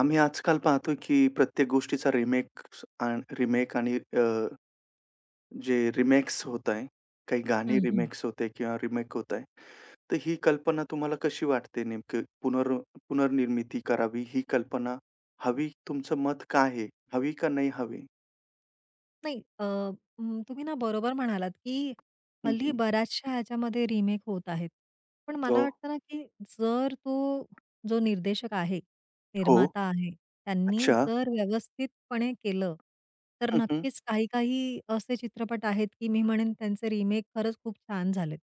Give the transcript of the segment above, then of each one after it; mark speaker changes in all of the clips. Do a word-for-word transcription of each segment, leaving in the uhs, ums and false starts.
Speaker 1: आम्ही आजकाल पाहतो की प्रत्येक गोष्टीचा रिमेक्स रिमेक आणि अ, जे रिमेक्स होत आहे, काही गाणी
Speaker 2: हं, हं.
Speaker 1: रिमेक्स होते किंवा रिमेक होत आहे. तर ही कल्पना तुम्हाला कशी वाटते नेमकं पुनर् पुनर्निर्मिती करावी ही कल्पना हवी तुमचं मत काय आहे? हवी का नाही हवी?
Speaker 2: नाही अ, अं, तुम्ही ना बरोबर म्हणालात, की
Speaker 1: हं,
Speaker 2: हल्ली
Speaker 1: हं.
Speaker 2: बऱ्याचशा ह्याच्यामध्ये रिमेक होत आहेत. पण
Speaker 1: हो.
Speaker 2: मला वाटतं ना, की जर तो जो निर्देशक आहे,
Speaker 1: हो.
Speaker 2: निर्माता आहे, त्यांनी
Speaker 1: अच्छा.
Speaker 2: जर व्यवस्थितपणे केलं, तर
Speaker 1: हं, हं.
Speaker 2: नक्कीच काही-काही असे चित्रपट आहेत, की मी म्हणेन त्यांचे रिमेक खरंच खूप छान झालेत.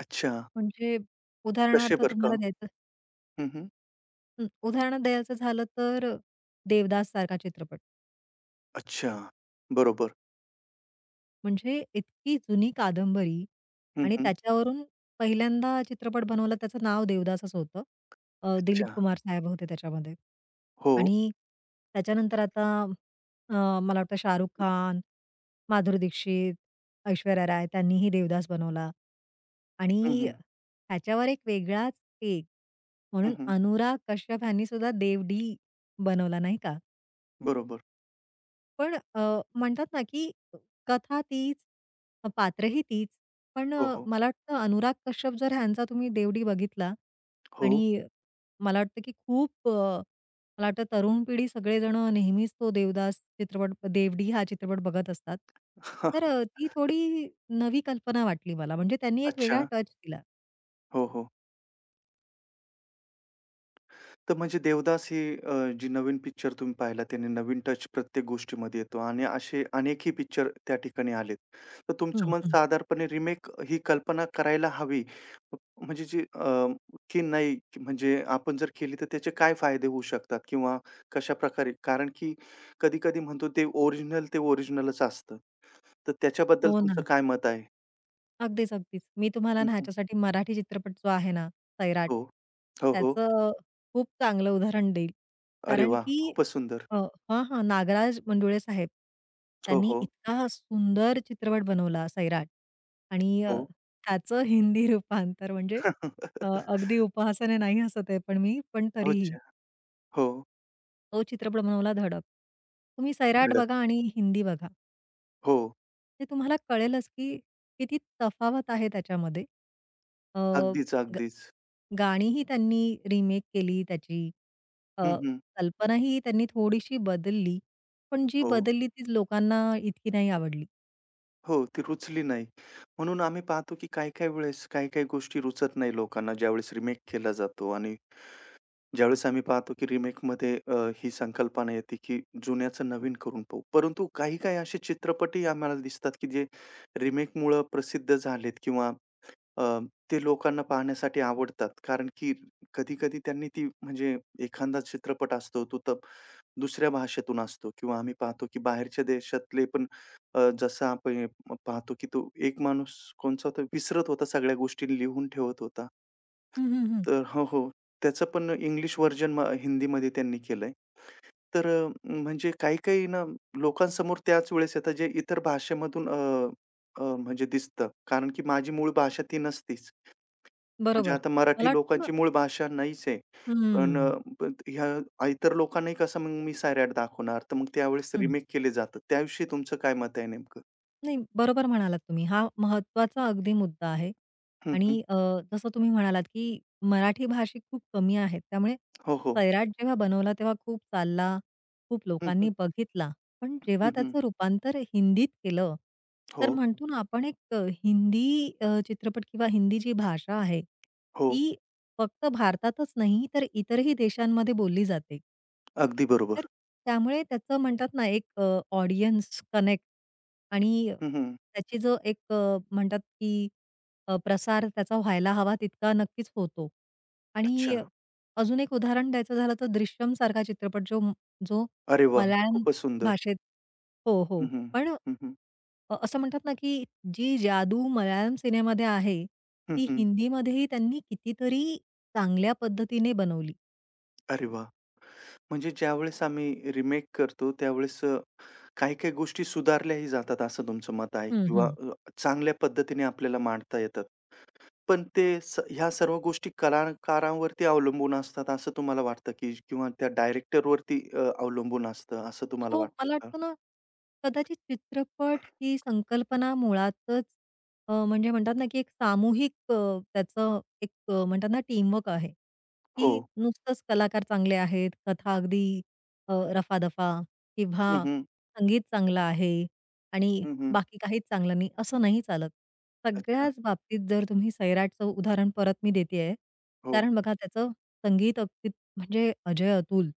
Speaker 1: अच्छा.
Speaker 2: म्हणजे
Speaker 1: कसे
Speaker 2: उदाहरणार्थ
Speaker 1: बरं का?
Speaker 2: तुम्हाला द्यायचं
Speaker 1: हं, हं.
Speaker 2: हं, उदाहरण द्यायचं झालं तर देवदास सारखा चित्रपट.
Speaker 1: अच्छा. बरोबर.
Speaker 2: म्हणजे इतकी जुनी कादंबरी
Speaker 1: हं,
Speaker 2: आणि
Speaker 1: हं.
Speaker 2: त्याच्यावरून पहिल्यांदा चित्रपट बनवला त्याचं नाव देवदासच होतं. अ, दिलीप
Speaker 1: अच्छा.
Speaker 2: कुमार साहेब होते त्याच्यामध्ये.
Speaker 1: हो.
Speaker 2: आणि त्याच्यानंतर आता अ, मला वाटतं शाहरुख खान, माधुरी दीक्षित, ऐश्वर्या राय त्यांनीही देवदास बनवला.
Speaker 1: हं,
Speaker 2: आणि
Speaker 1: हं.
Speaker 2: त्याच्यावर एक वेगळाच एक
Speaker 1: हं,
Speaker 2: म्हणून
Speaker 1: हं.
Speaker 2: अनुराग कश्यप यांनी सुद्धा देवडी बनवला नाही का?
Speaker 1: बरोबर.
Speaker 2: पण अ, म्हणतात ना, की कथा तीच, अ, पात्रही तीच. पण
Speaker 1: हो,
Speaker 2: अ,
Speaker 1: हो.
Speaker 2: मला वाटतं अनुराग कश्यप जर ह्यांचा तुम्ही देवडी बघितला आणि मला वाटतं, की खूप अ, मला वाटतं तरुण पिढी सगळेजण नेहमीच तो देवदास चित्रपट देवडी हा चित्रपट बघत असतात.
Speaker 1: हो.
Speaker 2: तर अ, ती थोडी नवी कल्पना वाटली मला. म्हणजे त्यांनी एक वेगळा
Speaker 1: अच्छा.
Speaker 2: टच दिला.
Speaker 1: हो, हो. तर म्हणजे देवदास ही अ, जी नवीन पिक्चर तुम्ही पाहिला त्याने नवीन टच प्रत्येक गोष्टीमध्ये येतो आणि असे अनेकही पिक्चर त्या ठिकाणी आलेत. तर तुमचं
Speaker 2: हं,
Speaker 1: मन
Speaker 2: हं.
Speaker 1: साधारणपणे रिमेक ही कल्पना करायला हवी म्हणजे जी अ, की नाही की म्हणजे आपण जर केली तर त्याचे काय फायदे होऊ शकतात किंवा कशाप्रकारे? कारण की कधी-कधी म्हणतो ते ओरिजिनल ते ओरिजिनलच असतं. तर त्याच्याबद्दल
Speaker 2: हो
Speaker 1: तुमचं
Speaker 2: ना.
Speaker 1: काय मत आहे?
Speaker 2: अगदीच, अगदीच. मी तुम्हाला
Speaker 1: हं,
Speaker 2: ना
Speaker 1: हं.
Speaker 2: ह्याच्यासाठी मराठी चित्रपट जो आहे ना, सैराट,
Speaker 1: हो. हो, हो.
Speaker 2: त्याचं खूप चांगलं उदाहरण देईल.
Speaker 1: अरे
Speaker 2: कारण
Speaker 1: वाह!
Speaker 2: की
Speaker 1: खूपच सुंदर.
Speaker 2: अ, हां, हां. नागराज मंडुळे साहेब,
Speaker 1: हो,
Speaker 2: त्यांनी
Speaker 1: हो.
Speaker 2: इतका सुंदर चित्रपट बनवला सैराट आणि अ,
Speaker 1: हो.
Speaker 2: त्याचं हिंदी रूपांतर म्हणजे अ, अगदी उपहासाने नाही हसत आहे पण मी, पण तरीही
Speaker 1: अच्छा. हो.
Speaker 2: तो चित्रपट बनवला धडक. तुम्ही सैराट
Speaker 1: धडक.
Speaker 2: बघा आणि हिंदी बघा.
Speaker 1: हो.
Speaker 2: ते तुम्हाला कळेलच, की किती तफावत आहे त्याच्यामध्ये. अ,
Speaker 1: अगदीच,
Speaker 2: ग
Speaker 1: अगदीच.
Speaker 2: गाणीही त्यांनी रिमेक केली त्याची. अ,
Speaker 1: हं, हं.
Speaker 2: कल्पनाही त्यांनी थोडीशी बदलली. पण जी
Speaker 1: हो.
Speaker 2: बदलली ती लोकांना इतकी नाही आवडली.
Speaker 1: हो, ती रुचली नाही. म्हणून आम्ही पाहतो की काही-काही वेळेस काही-काही गोष्टी रुचत नाही लोकांना ज्यावेळेस रिमेक केला जातो आणि ज्यावेळेस आम्ही पाहतो की रिमेकमध्ये अ, ही संकल्पना येते की जुन्याचं नवीन करून पाहू. परंतु काही-काही असे चित्रपटही आम्हाला दिसतात की जे रिमेकमुळं प्रसिद्ध झालेत किंवा अ, ते लोकांना पाहण्यासाठी आवडतात. कारण की कधी-कधी त्यांनी ती म्हणजे एखादा चित्रपट असतो, तो तर दुसऱ्या भाषेतून असतो किंवा आम्ही पाहतो की बाहेरच्या देशातले पण अ, जसं आपण पाहतो की तो एक माणूस कोणचा तो विसरत होता सगळ्या गोष्टी लिहून ठेवत होता.
Speaker 2: हं, हं, हं.
Speaker 1: तर हो, हो. त्याचं पण इंग्लिश व्हर्जन हिंदीमध्ये त्यांनी केलंय. तर अ, म्हणजे काही-काही ना लोकांसमोर त्याच वेळेस येतात जे इतर भाषेमधून अ, अ, म्हणजे दिसतं. कारण की माझी मूळ भाषा ती नसतीच. म्हणजे
Speaker 2: बरोबर.
Speaker 1: आता मराठी
Speaker 2: मला वाटतं
Speaker 1: लोकांची मूळ भाषा नाहीच आहे. पण अ,
Speaker 2: हं,
Speaker 1: पण ह्या इतर लोकांनाही कसं मग मी सायराट दाखवणार, तर मग त्यावेळेस
Speaker 2: हं,
Speaker 1: रिमेक केले जातात. त्याविषयी तुमचं काय मत आहे नेमकं?
Speaker 2: नाही, बरोबर म्हणालात तुम्ही. हा महत्त्वाचा अगदी मुद्दा आहे
Speaker 1: हं,
Speaker 2: आणि
Speaker 1: हं.
Speaker 2: अ, जसं तुम्ही म्हणालात, की मराठी भाषिक खूप कमी आहेत. त्यामुळे
Speaker 1: हो, हो.
Speaker 2: सैराट जेव्हा बनवला तेव्हा खूप चालला, खूप
Speaker 1: हं, हं.
Speaker 2: लोकांनी बघितला. पण
Speaker 1: हं,
Speaker 2: जेव्हा
Speaker 1: हं.
Speaker 2: त्याचं रूपांतर हिंदीत केलं,
Speaker 1: हो,
Speaker 2: तर म्हणतो ना आपण एक अ, हिंदी अ, चित्रपट किंवा हिंदी जी भाषा आहे,
Speaker 1: हो.
Speaker 2: ती फक्त भारतातच नाही, तर इतरही देशांमध्ये बोलली जाते.
Speaker 1: अगदी
Speaker 2: तर
Speaker 1: बरोबर.
Speaker 2: त्यामुळे त्याचं म्हणतात ना, एक अ, ऑडियन्स कनेक्ट आणि
Speaker 1: हं, हं.
Speaker 2: त्याची जो एक अ, म्हणतात की अ, प्रसार त्याचा व्हायला हवा तितका नक्कीच होतो. आणि
Speaker 1: अच्छा.
Speaker 2: अजून एक उदाहरण द्यायचं झालं तर दृश्यम सारखा चित्रपट जो जो
Speaker 1: अरे वाह!
Speaker 2: मल्याळम
Speaker 1: खूपच सुंदर.
Speaker 2: भाषेत हो,
Speaker 1: हं,
Speaker 2: हो.
Speaker 1: हं.
Speaker 2: पण
Speaker 1: हं, हं.
Speaker 2: अ, असं म्हणतात ना, की जी जादू मल्याळम सिनेमामध्ये आहे,
Speaker 1: हं,
Speaker 2: ती
Speaker 1: हं.
Speaker 2: हिंदीमध्येही त्यांनी कितीतरी चांगल्या पद्धतीने बनवली.
Speaker 1: अरे वाह! म्हणजे ज्यावेळेस आम्ही रिमेक करतो, त्यावेळेस अ, काही-काही गोष्टी सुधारल्याही जातात असं तुमचं मत आहे
Speaker 2: हं,
Speaker 1: किंवा
Speaker 2: हं.
Speaker 1: अ, चांगल्या पद्धतीने आपल्याला मांडता येतात. पण ते स ह्या सर्व गोष्टी कलाकारांवरती अवलंबून असतात असं तुम्हाला वाटतं की किंवा त्या डायरेक्टरवरती अ, अवलंबून असतं असं तुम्हाला
Speaker 2: हो,
Speaker 1: वाटतं
Speaker 2: मला
Speaker 1: का?
Speaker 2: वाटतं ना, कदाचित चित्रपट ही संकल्पना मुळातच अ, म्हणजे म्हणतात ना, की एक सामूहिक अ, त्याचं एक अ, म्हणतात ना, टीमवर्क आहे, की
Speaker 1: हो.
Speaker 2: नुसतंच कलाकार चांगले आहेत, कथा अगदी अ, रफादफा किंवा
Speaker 1: हं, हं.
Speaker 2: संगीत चांगलं आहे आणि बाकी काहीच चांगलं नाही, असं नाही चालत.
Speaker 1: अच्छा.
Speaker 2: सगळ्याच बाबतीत जर तुम्ही सैराटचं उदाहरण परत मी देते आहे,
Speaker 1: हो.
Speaker 2: कारण बघा त्याचं संगीत अगदी म्हणजे अजय अतुल.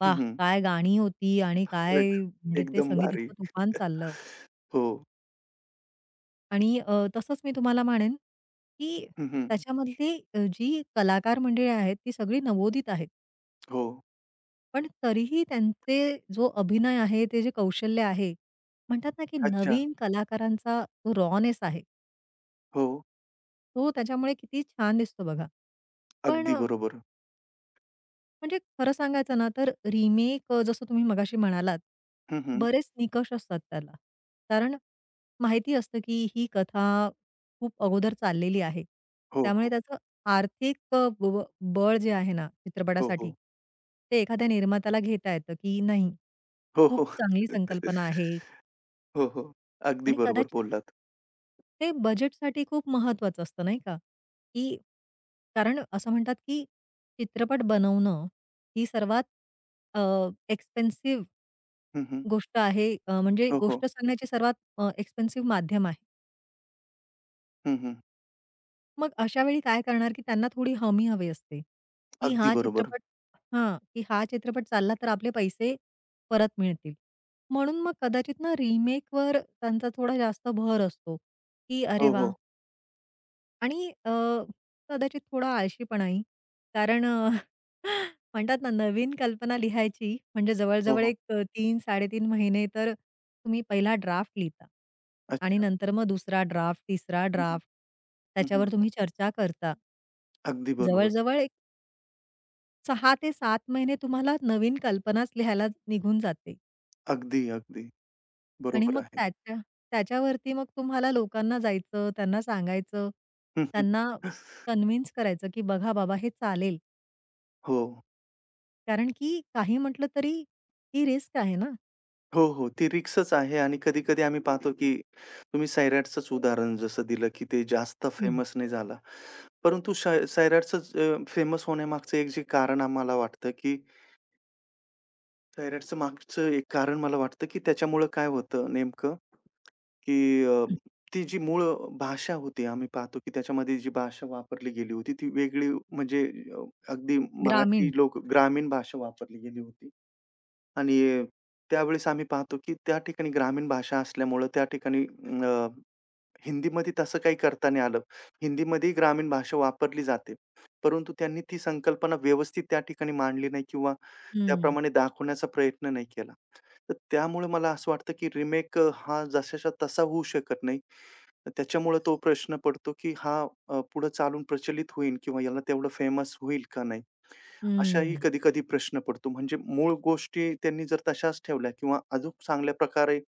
Speaker 2: वाह!
Speaker 1: हं,
Speaker 2: काय गाणी होती आणि काय
Speaker 1: एक
Speaker 2: म्हणजे ते
Speaker 1: एकदम
Speaker 2: संगीत
Speaker 1: भारी.
Speaker 2: इतकं तुफान चाललं
Speaker 1: हो.
Speaker 2: आणि अ, तसंच मी तुम्हाला म्हणेन, की
Speaker 1: हं,
Speaker 2: त्याच्यामधली अ, जी कलाकार मंडळी आहेत, ती सगळी नवोदित आहेत.
Speaker 1: हो.
Speaker 2: पण तरीही त्यांचे जो अभिनय आहे, ते जे कौशल्य आहे, म्हणतात ना, की
Speaker 1: अच्छा.
Speaker 2: नवीन कलाकारांचा जो रॉनेस आहे,
Speaker 1: हो.
Speaker 2: तो त्याच्यामुळे किती छान दिसतो बघा. पण
Speaker 1: अगदी
Speaker 2: अ
Speaker 1: बरोबर.
Speaker 2: म्हणजे खरं सांगायचं ना, तर रिमेक अ, जसं तुम्ही मगाशी म्हणालात,
Speaker 1: हं,
Speaker 2: बरेच निकष असतात त्याला. कारण माहिती असतं, की ही कथा खूप अगोदर चाललेली आहे.
Speaker 1: हो,
Speaker 2: त्यामुळे
Speaker 1: हो.
Speaker 2: त्याचं आर्थिक अ, ब ब- बळ जे आहे ना
Speaker 1: हो,
Speaker 2: चित्रपटासाठी,
Speaker 1: हो.
Speaker 2: ते एखाद्या निर्मात्याला घेता येतं, की नाही,
Speaker 1: हो,
Speaker 2: खूप
Speaker 1: हो.
Speaker 2: चांगली संकल्पना आहे
Speaker 1: हो, हो. अगदी
Speaker 2: आणि
Speaker 1: बरोबर
Speaker 2: कदाचित
Speaker 1: बोललात.
Speaker 2: ते बजेटसाठी खूप महत्वाचं असतं नाही का? की कारण असं म्हणतात, की चित्रपट बनवणं ही सर्वात अ, एक्सपेन्सिव्ह
Speaker 1: हं,
Speaker 2: गोष्ट आहे अ, म्हणजे
Speaker 1: हो, हो.
Speaker 2: गोष्ट सांगण्याची सर्वात अ, एक्सपेन्सिव्ह माध्यम आहे.
Speaker 1: हं,
Speaker 2: मग अशा वेळी काय करणार, की त्यांना थोडी हमी हवी असते, की
Speaker 1: अगदी
Speaker 2: हा
Speaker 1: बरोबर.
Speaker 2: चित्रपट हां, की हा चित्रपट चालला तर आपले पैसे परत मिळतील. म्हणून मग कदाचित ना रिमेकवर त्यांचा थोडा जास्त भर असतो, की अरे
Speaker 1: हो,
Speaker 2: वाह!
Speaker 1: हो.
Speaker 2: आणि अ, कदाचित थोडा आळशीपणाही. कारण अ, म्हणतात ना, नवीन कल्पना लिहायची म्हणजे
Speaker 1: हो,
Speaker 2: जवळ-जवळ
Speaker 1: हो.
Speaker 2: एक अ, तीन ते साडेतीन महिने तर तुम्ही पहिला ड्राफ्ट लिहिता आणि
Speaker 1: अच्छा.
Speaker 2: नंतर मग दुसरा ड्राफ्ट, तिसरा
Speaker 1: हं,
Speaker 2: ड्राफ्ट. त्याच्यावर तुम्ही चर्चा करता.
Speaker 1: अगदी बरोबर.
Speaker 2: जवळ-जवळ एक सहा ते सात महिने तुम्हाला नवीन कल्पनाच लिहायला निघून जाते
Speaker 1: अगदी, अगदी.
Speaker 2: आणि
Speaker 1: बरोबर
Speaker 2: मग
Speaker 1: आहे.
Speaker 2: त्याच्या त्याच्यावरती मग तुम्हाला लोकांना जायचं, त्यांना सांगायचं,
Speaker 1: हं, हं.
Speaker 2: त्यांना कन्व्हिन्स करायचं, की "बघा बाबा, हे चालेल."
Speaker 1: हो.
Speaker 2: कारण की काही म्हटलं तरी ती रिस्क आहे ना.
Speaker 1: हो, हो. ती रिस्कच आहे आणि कधी-कधी आम्ही पाहतो, की तुम्ही सैराटचंच उदाहरण जसं दिलं, की ते जास्त
Speaker 2: हं,
Speaker 1: फेमस नाही झाला. परंतु सै सैराटचंच अ, फेमस होण्यामागचं एक जे कारण आम्हाला वाटतं, की सैराटचं मागचं एक कारण मला वाटतं, की त्याच्यामुळं काय होतं नेमकं, की अ,
Speaker 2: हं.
Speaker 1: ती जी मूळ भाषा होती आम्ही पाहतो, की त्याच्यामध्ये जी भाषा वापरली गेली होती, ती वेगळी म्हणजे अ, अगदी मराठी
Speaker 2: ग्रामीण.
Speaker 1: लोक ग्रामीण भाषा वापरली गेली होती. आणि त्यावेळेस आम्ही पाहतो, की त्या ठिकाणी ग्रामीण भाषा असल्यामुळं त्या ठिकाणी अ, हिंदीमध्ये तसं काही करता नाही आलं. हिंदीमध्येही ग्रामीण भाषा वापरली जाते. परंतु त्यांनी ती संकल्पना व्यवस्थित त्या ठिकाणी मांडली नाही किंवा
Speaker 2: हं,
Speaker 1: त्याप्रमाणे दाखवण्याचा प्रयत्न नाही केला. तर त्यामुळे मला असं वाटतं, की रिमेक अ, हा जसाच्या तसा होऊ शकत नाही. तर त्याच्यामुळे तो प्रश्न पडतो, की हा अ, पुढे चालून प्रचलित होईल किंवा याला तेवढं फेमस होईल का नाही? अशाही
Speaker 2: हं,
Speaker 1: कधी-कधी प्रश्न पडतो. म्हणजे मूळ गोष्टी त्यांनी जर तशाच ठेवल्या किंवा अजून चांगल्या प्रकारे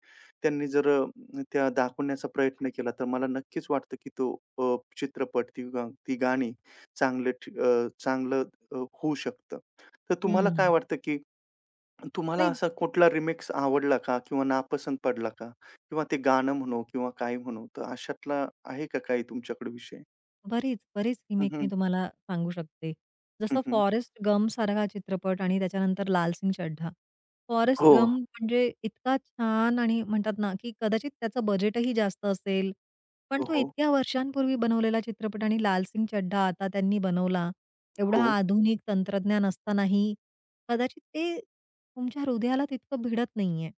Speaker 1: त्यांनी जर अ, त्या दाखवण्याचा प्रयत्न केला, तर मला नक्कीच वाटतं, की तो अ, चित्रपट, ती गा ती गाणी चांगलं ठी अ, चांगलं अ, होऊ शकतं. तर तुम्हाला काय
Speaker 2: हं.
Speaker 1: वाटतं, की तुम्हाला
Speaker 2: नाही
Speaker 1: असा कुठला रिमिक्स आवडला का? किंवा नापसंत पडला का? किंवा ते गाणं म्हणू किंवा काही म्हणू, तर अशातला आहे का काही तुमच्याकडे विषय?
Speaker 2: बरीच, बरीच
Speaker 1: हं,
Speaker 2: रिमेक मी
Speaker 1: हं.
Speaker 2: तुम्हाला सांगू शकते. जसं
Speaker 1: हं,
Speaker 2: फॉरेस्ट गम गमसारखा चित्रपट आणि त्याच्यानंतर लाल सिंग चड्ढा. फॉरेस्ट
Speaker 1: हो.
Speaker 2: गम म्हणजे इतका छान आणि म्हणतात ना, की कदाचित त्याचं बजेटही जास्त असेल. पण
Speaker 1: हो,
Speaker 2: तो
Speaker 1: हो.
Speaker 2: इतक्या वर्षांपूर्वी बनवलेला चित्रपट आणि लाल सिंग चड्ढा आता त्यांनी बनवला. एवढा
Speaker 1: हो.
Speaker 2: आधुनिक तंत्रज्ञान असतानाही कदाचित ते तुमच्या हृदयाला तितकं भिडत नाहीये.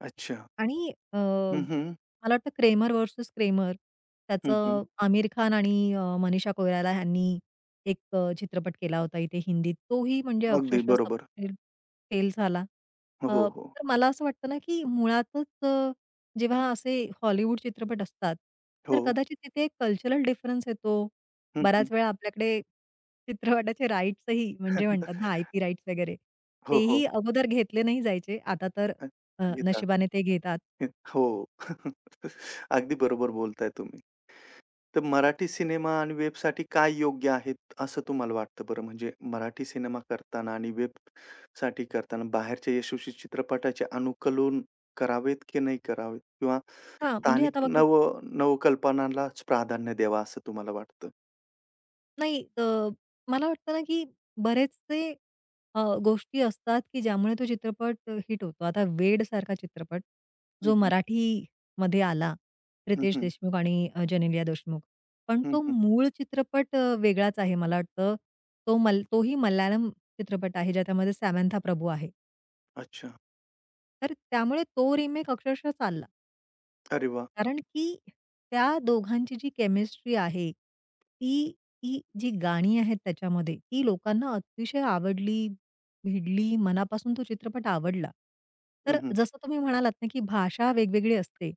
Speaker 1: अच्छा.
Speaker 2: आणि अ,
Speaker 1: हं, हं.
Speaker 2: मला वाटतं क्रेमर व्हर्सस क्रेमर,
Speaker 1: हं,
Speaker 2: त्याचं आमिर खान आणि अ, मनीषा कोइराला ह्यांनी एक अ, चित्रपट केला होता इथे हिंदीत. तोही म्हणजे
Speaker 1: अगदी
Speaker 2: अक्षरशः
Speaker 1: बरोबर.
Speaker 2: सबसिडी फेल झाला.
Speaker 1: हो,
Speaker 2: अ,
Speaker 1: हो. हो.
Speaker 2: तर मला असं वाटतं ना, की मुळातच अ, जेव्हा असे हॉलिवूड चित्रपट असतात, तर
Speaker 1: हो.
Speaker 2: कदाचित तिथे एक कल्चरल डिफरन्स येतो.
Speaker 1: हं, हं.
Speaker 2: बऱ्याच वेळा आपल्याकडे चित्रपटाचे राइट्सही म्हणजे म्हणतात ना, आय-पी राइट्स वगैरे
Speaker 1: हो, हो.
Speaker 2: तेही अगोदर घेतले नाही जायचे. आता तर
Speaker 1: अ,
Speaker 2: अ,
Speaker 1: येतात.
Speaker 2: नशिबाने ते घेतात.
Speaker 1: हे- हो. अगदी बरोबर बोलताय तुम्ही. तर मराठी सिनेमा आणि वेबसाठी काय योग्य आहेत असं तुम्हाला वाटतं बरं? म्हणजे मराठी सिनेमा करताना आणि वेबसाठी करताना बाहेरच्या यशस्वी चित्रपटाचे अनुकलन करावेत की नाही करावेत? किंवा
Speaker 2: हां, म्हणजे
Speaker 1: स्थानिक
Speaker 2: आता बघा.
Speaker 1: नव नवकल्पनालाच प्राधान्य द्यावा असं तुम्हाला वाटतं?
Speaker 2: नाही अ, मला वाटतं ना, की बरेचसे अ, गोष्टी असतात, की ज्यामुळे तो चित्रपट अ, हिट होतो. आता वेडसारखा चित्रपट
Speaker 1: हं,
Speaker 2: जो
Speaker 1: हं.
Speaker 2: मराठीमध्ये आला,
Speaker 1: हं,
Speaker 2: रितेश
Speaker 1: हं.
Speaker 2: देशमुख आणि अ, जेनेलिया देशमुख. पण
Speaker 1: हं,
Speaker 2: तो
Speaker 1: हं.
Speaker 2: मूळ चित्रपट अ, वेगळाच आहे मला वाटतं. तो मल तोही मल्याळम चित्रपट आहे, ज्याच्यामध्ये सॅमंथा प्रभू आहे.
Speaker 1: अच्छा.
Speaker 2: तर त्यामुळे तो रिमेक अक्षरशः चालला.
Speaker 1: अरे वाह!
Speaker 2: कारण की त्या दोघांची जी केमिस्ट्री आहे, ती ती जी गाणी आहेत त्याच्यामध्ये, ती लोकांना अतिशय आवडली, भिडली, मनापासून तो चित्रपट आवडला.
Speaker 1: हं,
Speaker 2: तर
Speaker 1: हं.
Speaker 2: जसं तुम्ही म्हणालात ना, की भाषा वेगवेगळी असते.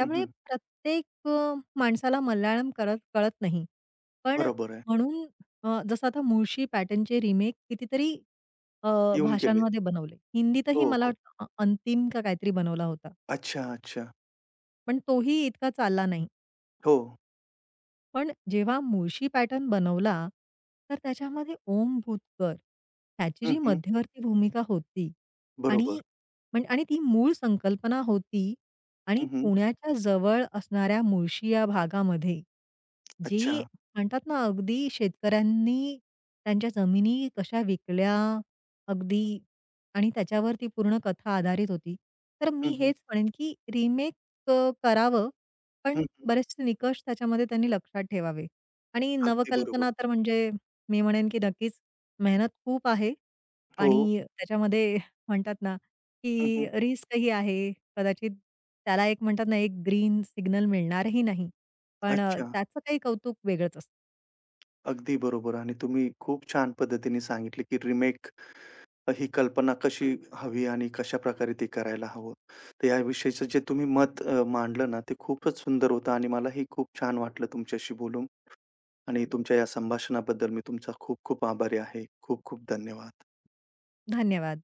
Speaker 1: हं, हं.
Speaker 2: प्रत्येक अ, माणसाला मल्याळम करत कळत नाही. पण
Speaker 1: बरोबर आहे.
Speaker 2: म्हणून अ, जसं आता मुळशी पॅटर्नचे रिमेक कितीतरी अ,
Speaker 1: येऊन गेले.
Speaker 2: भाषांमध्ये बनवले. हिंदीतही
Speaker 1: हो,
Speaker 2: मला
Speaker 1: हो.
Speaker 2: वाटतं अ, अंतिम का काहीतरी बनवला होता.
Speaker 1: अच्छा, अच्छा.
Speaker 2: पण तोही इतका चालला नाही.
Speaker 1: हो.
Speaker 2: पण जेव्हा मुळशी पॅटर्न बनवला, तर त्याच्यामध्ये ओम भूतकर ह्याची
Speaker 1: हं,
Speaker 2: जी
Speaker 1: हं.
Speaker 2: मध्यवर्ती भूमिका होती
Speaker 1: बरोबर.
Speaker 2: आणि म्हण आणि ती मूळ संकल्पना होती आणि
Speaker 1: हं, हं.
Speaker 2: पुण्याच्या जवळ असणाऱ्या मुळशी या भागामध्ये, जी
Speaker 1: अच्छा.
Speaker 2: म्हणतात ना, अगदी शेतकऱ्यांनी त्यांच्या जमिनी कशा विकल्या अगदी आणि त्याच्यावर ती पूर्ण कथा आधारित होती. तर मी
Speaker 1: हं, हं.
Speaker 2: हेच म्हणेन, की रिमेक करावं पण
Speaker 1: हं.
Speaker 2: बरेचसे निकष त्याच्यामध्ये त्यांनी लक्षात ठेवावे आणि
Speaker 1: अगदी
Speaker 2: नवकल्पना
Speaker 1: बरोबर.
Speaker 2: तर म्हणजे मी म्हणेन की नक्कीच मेहनत खूप आहे
Speaker 1: हो.
Speaker 2: आणि त्याच्यामध्ये म्हणतात ना,
Speaker 1: हं,
Speaker 2: की
Speaker 1: हं.
Speaker 2: रिस्कही आहे. कदाचित त्याला एक म्हणतात ना, एक ग्रीन सिग्नल मिळणारही नाही. पण अ,
Speaker 1: अच्छा.
Speaker 2: त्याचं काही कौतुक वेगळंच असतं.
Speaker 1: अगदी बरोबर आणि तुम्ही खूप छान पद्धतीने सांगितले, की रिमेक ही कल्पना कशी हवी आणि कशाप्रकारे ते करायला हवं. तर याविषयीचं जे तुम्ही मत अ, मांडलं ना, ते खूपच सुंदर होतं आणि मलाही खूप छान वाटलं तुमच्याशी बोलून आणि तुमच्या या संभाषणाबद्दल मी तुमचा खूप खूप आभारी आहे. खूप खूप धन्यवाद.
Speaker 2: धन्यवाद.